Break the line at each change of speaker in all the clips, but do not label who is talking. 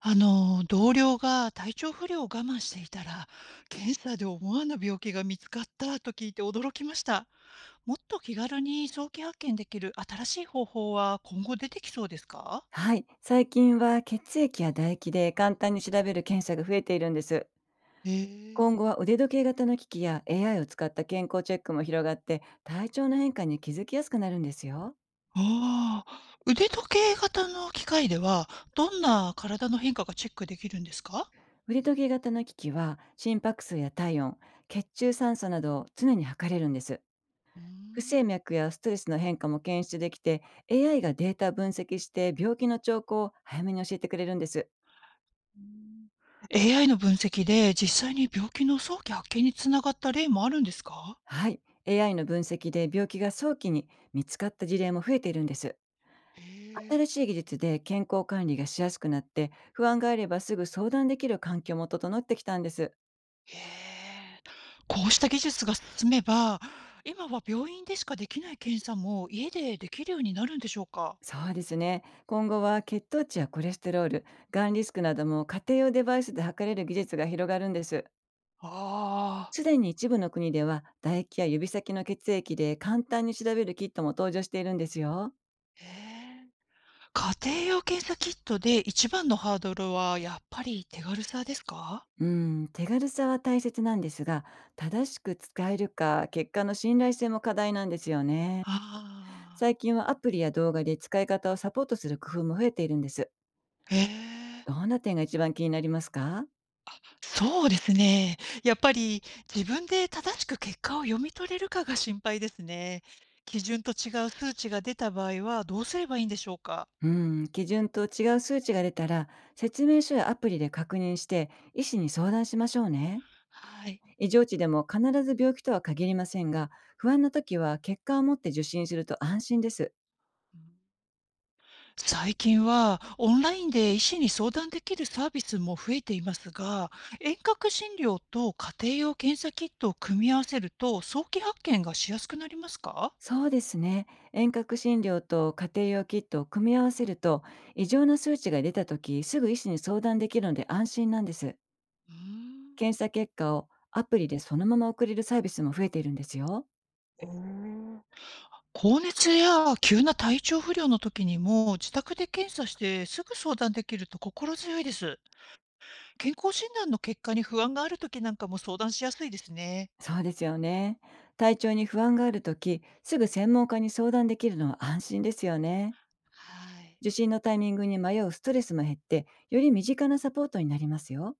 同僚が体調不良を我慢していたら、検査で思わぬ病気が見つかったと聞いて驚きました。もっと気軽に早期発見できる新しい方法は今後出てきそうですか？
はい、最近は血液や唾液で簡単に調べる検査が増えているんです。
ええ、
今後は腕時計型の機器や AI を使った健康チェックも広がって体調の変化に気づきやすくなるんですよ。
ああ、腕時計型の機械では、どんな体の変化がチェックできるんですか？
腕時計型の機器は心拍数や体温、血中酸素などを常に測れるんです。
うー
不整
ん
脈やストレスの変化も検出できて、 AI がデータ分析して病気の兆候を早めに教えてくれるんです。
?AI の分析で実際に病気の早期発見につながった例もあるんですか？
はい、AI の分析で病気が早期に見つかった事例も増えているんです。
へえ。
新しい技術で健康管理がしやすくなって、不安があればすぐ相談できる環境も整ってきたんです。
へえ。こうした技術が進めば、今は病院でしかできない検査も家でできるようになるんでしょうか？
そうですね、今後は血糖値やコレステロール、がんリスクなども家庭用デバイスで測れる技術が広がるんです。
ああ、
すでに一部の国では唾液や指先の血液で簡単に調べるキットも登場しているんですよ。
へえ。家庭用検査キットで一番のハードルはやっぱり手軽さですか？
うん、手軽さは大切なんですが、正しく使えるか、結果の信頼性も課題なんですよね。
あ
最近はアプリや動画で使い方をサポートする工夫も増えているんです。
あ、へえ。
どんな点が一番気になりますか？
そうですね。やっぱり自分で正しく結果を読み取れるかが心配ですね。基準と違う数値が出た場合はどうすればいいんでしょうか？
うん、基準と違う数値が出たら、説明書やアプリで確認して、医師に相談しましょうね。
はい。
異常値でも必ず病気とは限りませんが、不安な時は結果を持って受診すると安心です。
うん。最近はオンラインで医師に相談できるサービスも増えていますが、遠隔診療と家庭用検査キットを組み合わせると早期発見がしやすくなりますか？
そうですね。遠隔診療と家庭用キットを組み合わせると、異常な数値が出た時、すぐ医師に相談できるので安心なんです。
うーん。
検査結果をアプリでそのまま送れるサービスも増えているんですよ。
えー、高熱や急な体調不良の時にも自宅で検査してすぐ相談できると心強いです。健康診断の結果に不安がある時なんかも相談しやすいですね。
そうですよね。体調に不安があるとき、すぐ専門家に相談できるのは安心ですよね。
はい。
受診のタイミングに迷うストレスも減って、より身近なサポートになりますよ。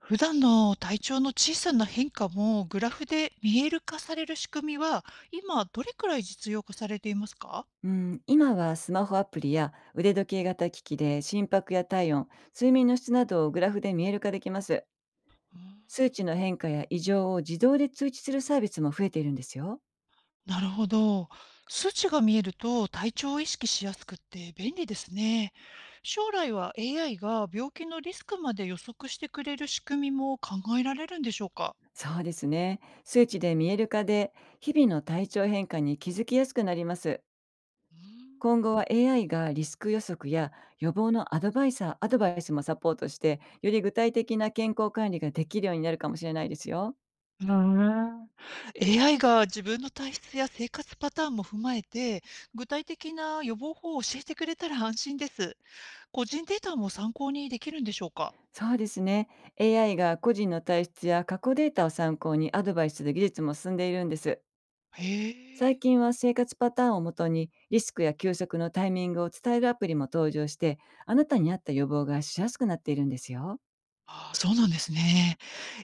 普段の体調の小さな変化もグラフで見える化される仕組みは今どれくらい実用化されていますか？
うん、今はスマホアプリや腕時計型機器で心拍や体温、睡眠の質などをグラフで見える化できます。
うん、
数値の変化や異常を自動で通知するサービスも増えているんですよ。
なるほど。数値が見えると体調を意識しやすくって便利ですね。将来は AI が病気のリスクまで予測してくれる仕組みも考えられるんでしょうか？
そうですね。数値で見える化で、日々の体調変化に気づきやすくなります。今後は AI がリスク予測や予防のアドバイスもサポートして、より具体的な健康管理ができるようになるかもしれないですよ。
うん、うん。 AI が自分の体質や生活パターンも踏まえて具体的な予防法を教えてくれたら安心です。個人データも参考にできるんでしょうか？
そうですね。AI が個人の体質や過去データを参考にアドバイスする技術も進んでいるんです。
へ
最
え、
近は生活パターンをもとにリスクや休息のタイミングを伝えるアプリも登場して、あなたに合った予防がしやすくなっているんですよ。
ああ、そうなんですね。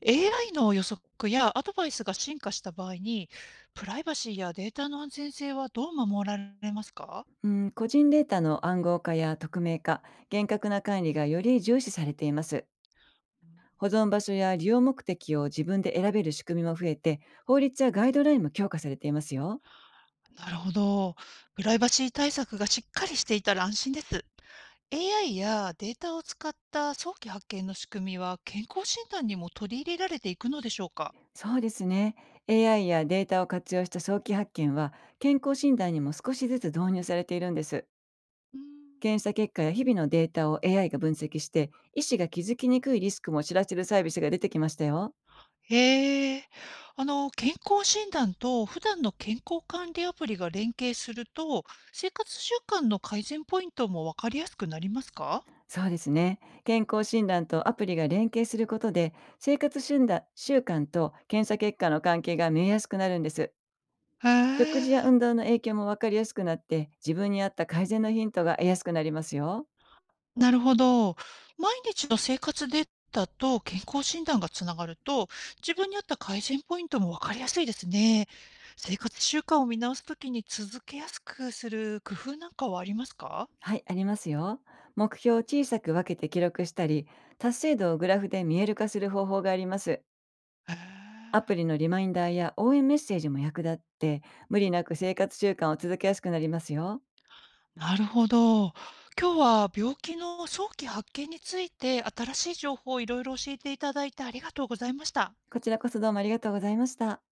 AI の予測やアドバイスが進化した場合に、プライバシーやデータの安全性はどう守られますか？
うん、個人データの暗号化や匿名化、厳格な管理がより重視されています。保存場所や利用目的を自分で選べる仕組みも増えて、法律やガイドラインも強化されていますよ。
なるほど。プライバシー対策がしっかりしていたら安心です。AI やデータを使った早期発見の仕組みは、健康診断にも取り入れられていくのでしょうか？
そうですね。AI やデータを活用した早期発見は、健康診断にも少しずつ導入されているんです。
うん。
検査結果や日々のデータを AI が分析して、医師が気づきにくいリスクも知らせるサービスが出てきましたよ。
へえ。健康診断と普段の健康管理アプリが連携すると、生活習慣の改善ポイントもわかりやすくなりますか？
そうですね。健康診断とアプリが連携することで、生活診断習慣と検査結果の関係が見えやすくなるんです。
へ
食事や
え。
運動の影響も分かりやすくなって、自分に合った改善のヒントが得やすくなりますよ。
なるほど。毎日の生活データと健康診断がつながると、自分に合った改善ポイントもわかりやすいですね。生活習慣を見直すときに続けやすくする工夫なんかはありますか？
はい、ありますよ。目標を小さく分けて記録したり、達成度をグラフで見える化する方法があります。
へ
ア
え。
プリのリマインダーや応援メッセージも役立って、無理なく生活習慣を続けやすくなりますよ。
なるほど。今日は病気の早期発見について新しい情報をいろいろ教えていただいてありがとうございました。
こちらこそどうもありがとうございました。